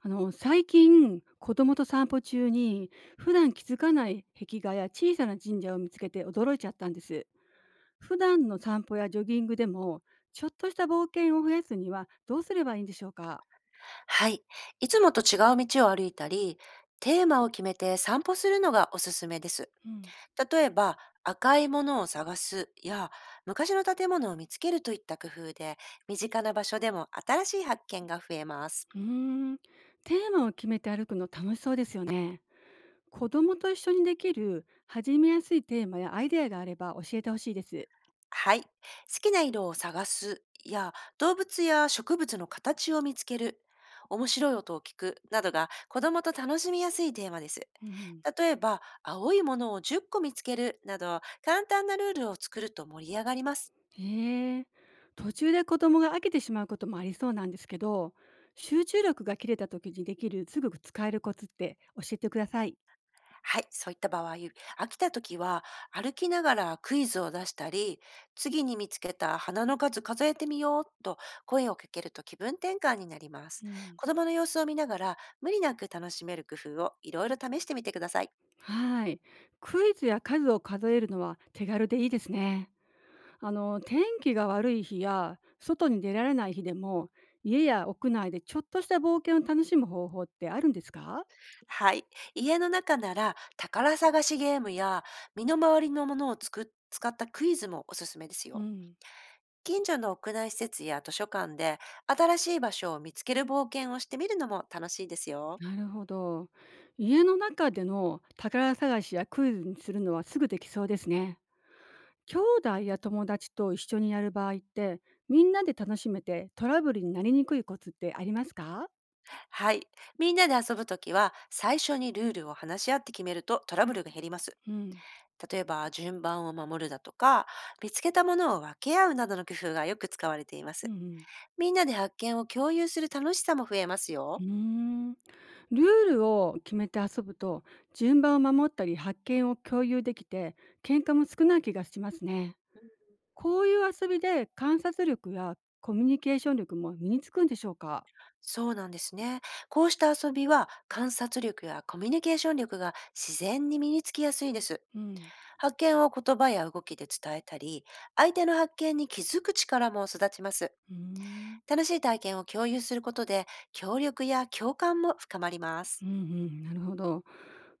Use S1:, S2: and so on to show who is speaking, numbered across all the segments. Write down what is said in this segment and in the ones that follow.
S1: 最近子供と散歩中に普段気づかない壁画や小さな神社を見つけて驚いちゃったんです。普段の散歩やジョギングでもちょっとした冒険を増やすにはどうすればいいんでしょうか？
S2: はい。いつもと違う道を歩いたり、テーマを決めて散歩するのがおすすめです。
S1: うん。
S2: 例えば、赤いものを探すや、昔の建物を見つけるといった工夫で、身近な場所でも新しい発見が増えます。
S1: うーん。テーマを決めて歩くの楽しそうですよね。子供と一緒にできる始めやすいテーマやアイデアがあれば教えてほしいです。
S2: はい。好きな色を探すや動物や植物の形を見つける、面白い音を聞くなどが子供と楽しみやすいテーマです。
S1: うん。
S2: 例えば、青いものを10個見つけるなど簡単なルールを作ると盛り上がります。
S1: へえ。途中で子供が飽きてしまうこともありそうなんですけど、集中力が切れた時にできるすぐ使えるコツって教えてください。
S2: はい、そういった場合、飽きた時は歩きながらクイズを出したり、次に見つけた花の数数えてみようと声をかけると気分転換になります。
S1: うん、
S2: 子供の様子を見ながら無理なく楽しめる工夫をいろいろ試してみてください。
S1: はい。クイズや数を数えるのは手軽でいいですね。天気が悪い日や外に出られない日でも家や屋内でちょっとした冒険を楽しむ方法ってあるんですか？
S2: はい、家の中なら宝探しゲームや身の回りのものをつく使ったクイズもおすすめです
S1: う
S2: よ。
S1: ん。
S2: 近所の屋内施設や図書館で新しい場所を見つける冒険をしてみるのも楽しいですよ。
S1: なるほど。家の中での宝探しやクイズにするのはすぐできそうですね。兄弟や友達と一緒にやる場合って、みんなで楽しめてトラブルになりにくいコツってありますか？
S2: はい。みんなで遊ぶときは、最初にルールを話し合って決めるとトラブルが減ります。
S1: うん。
S2: 例えば、順番を守るだとか、見つけたものを分け合うなどの工夫がよく使われていま
S1: うん
S2: す。
S1: うん。
S2: みんなで発見を共有する楽しさも増えます
S1: うー
S2: よ。
S1: ん。ルールを決めて遊ぶと、順番を守ったり発見を共有できて、喧嘩も少ない気がしますね。こういう遊びで観察力やコミュニケーション力も身につくんでしょうか？
S2: そうなんですね。こうした遊びは観察力やコミュニケーション力が自然に身につきやすいです。
S1: うん。
S2: 発見を言葉や動きで伝えたり、相手の発見に気づく力も育ちます。
S1: うーん。
S2: 楽しい体験を共有することで、協力や共感も深まりま
S1: う
S2: す。
S1: んうん、なるほど。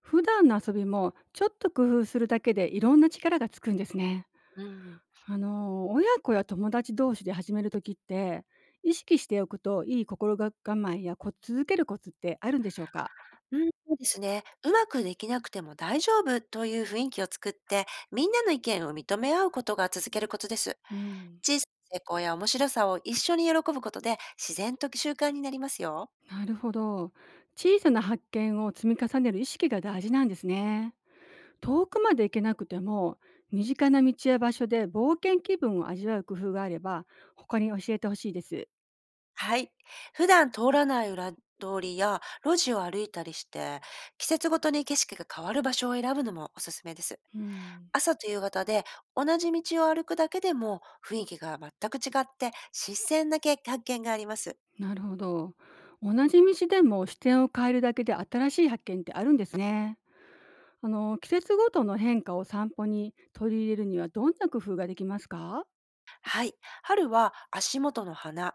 S1: 普段の遊びもちょっと工夫するだけでいろんな力がつくんですね。
S2: うん。
S1: 親子や友達同士で始める時って、意識しておくといい心が構えや、続けるコツってあるんでしょうか？
S2: うん、そうですね。うまくできなくても大丈夫という雰囲気を作って、みんなの意見を認め合うことが続けることです。
S1: うん、
S2: 小さな成功や面白さを一緒に喜ぶことで、自然と習慣になりますよ。
S1: なるほど。小さな発見を積み重ねる意識が大事なんですね。遠くまで行けなくても、身近な道や場所で冒険気分を味わう工夫があれば、他に教えてほしいです。
S2: はい。普段通らない裏通りや路地を歩いたりして、季節ごとに景色が変わる場所を選ぶのもおすすめです。
S1: うん、
S2: 朝と夕方で同じ道を歩くだけでも雰囲気が全く違って新鮮なけ発見があります。
S1: なるほど。同じ道でも視点を変えるだけで新しい発見ってあるんですね。季節ごとの変化を散歩に取り入れるにはどんな工夫ができますか？
S2: はい。春は足元の花。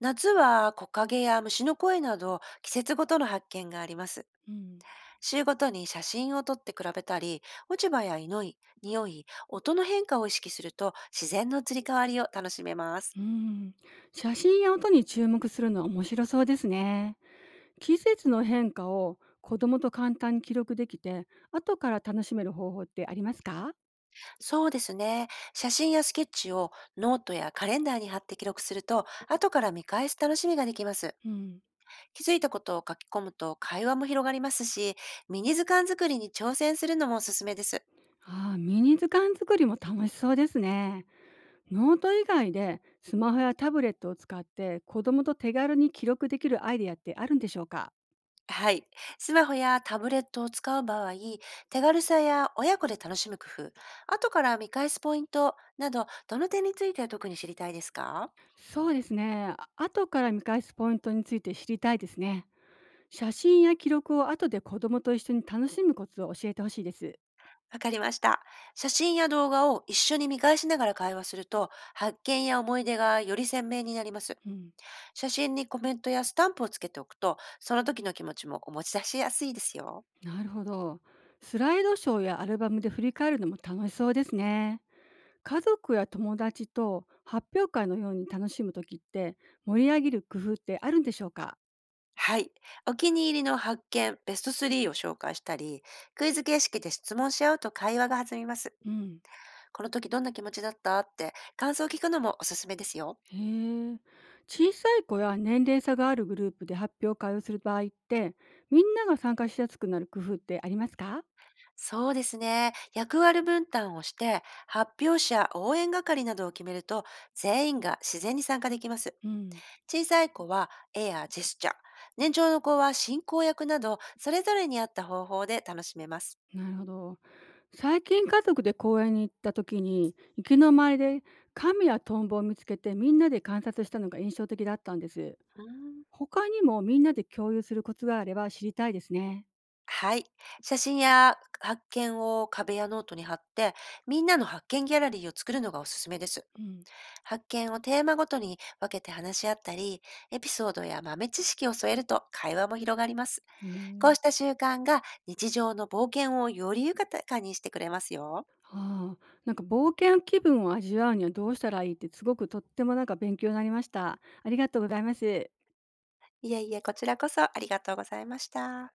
S2: 夏は木陰や虫の声など季節ごとの発見があります。
S1: うん、
S2: 週ごとに写真を撮って比べたり、落ち葉や匂い、匂い、音の変化を意識すると自然の移り変わりを楽しめます。
S1: うん。写真や音に注目するのは面白そうですね。季節の変化を子供と簡単に記録できて後から楽しめる方法ってありますか？
S2: そうですね。写真やスケッチをノートやカレンダーに貼って記録すると後から見返す楽しみができます。
S1: うん。
S2: 気づいたことを書き込むと会話も広がりますし、ミニ図鑑作りに挑戦するのもおすすめです。
S1: ああ、ミニ図鑑作りも楽しそうですね。ノート以外でスマホやタブレットを使って子供と手軽に記録できるアイデアってあるんでしょうか？
S2: はい。スマホやタブレットを使う場合、手軽さや親子で楽しむ工夫、後から見返すポイントなど、どの点について特に知りたいですか？
S1: そうですね。後から見返すポイントについて知りたいですね。写真や記録を後で子供と一緒に楽しむコツを教えてほしいです。
S2: わかりました。写真や動画を一緒に見返しながら会話すると、発見や思い出がより鮮明になります。
S1: うん、
S2: 写真にコメントやスタンプをつけておくと、その時の気持ちもお持ち出しやすいですよ。
S1: なるほど。スライドショーやアルバムで振り返るのも楽しそうですね。家族や友達と発表会のように楽しむ時って盛り上げる工夫ってあるんでしょうか？
S2: はい。お気に入りの発見、ベスト3を紹介したり、クイズ形式で質問し合うと会話が弾みます。
S1: うん。
S2: この時どんな気持ちだったって感想を聞くのもおすすめですよ。
S1: へえ。小さい子や年齢差があるグループで発表会をする場合ってみんなが参加しやすくなる工夫ってありますか？
S2: そうですね。役割分担をして、発表者、応援係などを決めると、全員が自然に参加できます。
S1: うん。
S2: 小さい子は絵やジェスチャー、年長の子は進行役など、それぞれに合った方法で楽しめます。
S1: なるほど。最近家族で公園に行った時に池の周りで亀やトンボを見つけてみんなで観察したのが印象的だったんです。
S2: うーん。
S1: 他にもみんなで共有するコツがあれば知りたいですね。
S2: はい。写真や発見を壁やノートに貼って、みんなの発見ギャラリーを作るのがおすすめです。
S1: うん、
S2: 発見をテーマごとに分けて話し合ったり、エピソードや豆知識を添えると会話も広がります。
S1: へ
S2: こう
S1: え。
S2: した習慣が日常の冒険をより豊かにしてくれますよ。
S1: ああ、冒険気分を味わうにはどうしたらいいってすごくとっても勉強になりました。ありがとうございます。
S2: いえいえ、こちらこそありがとうございました。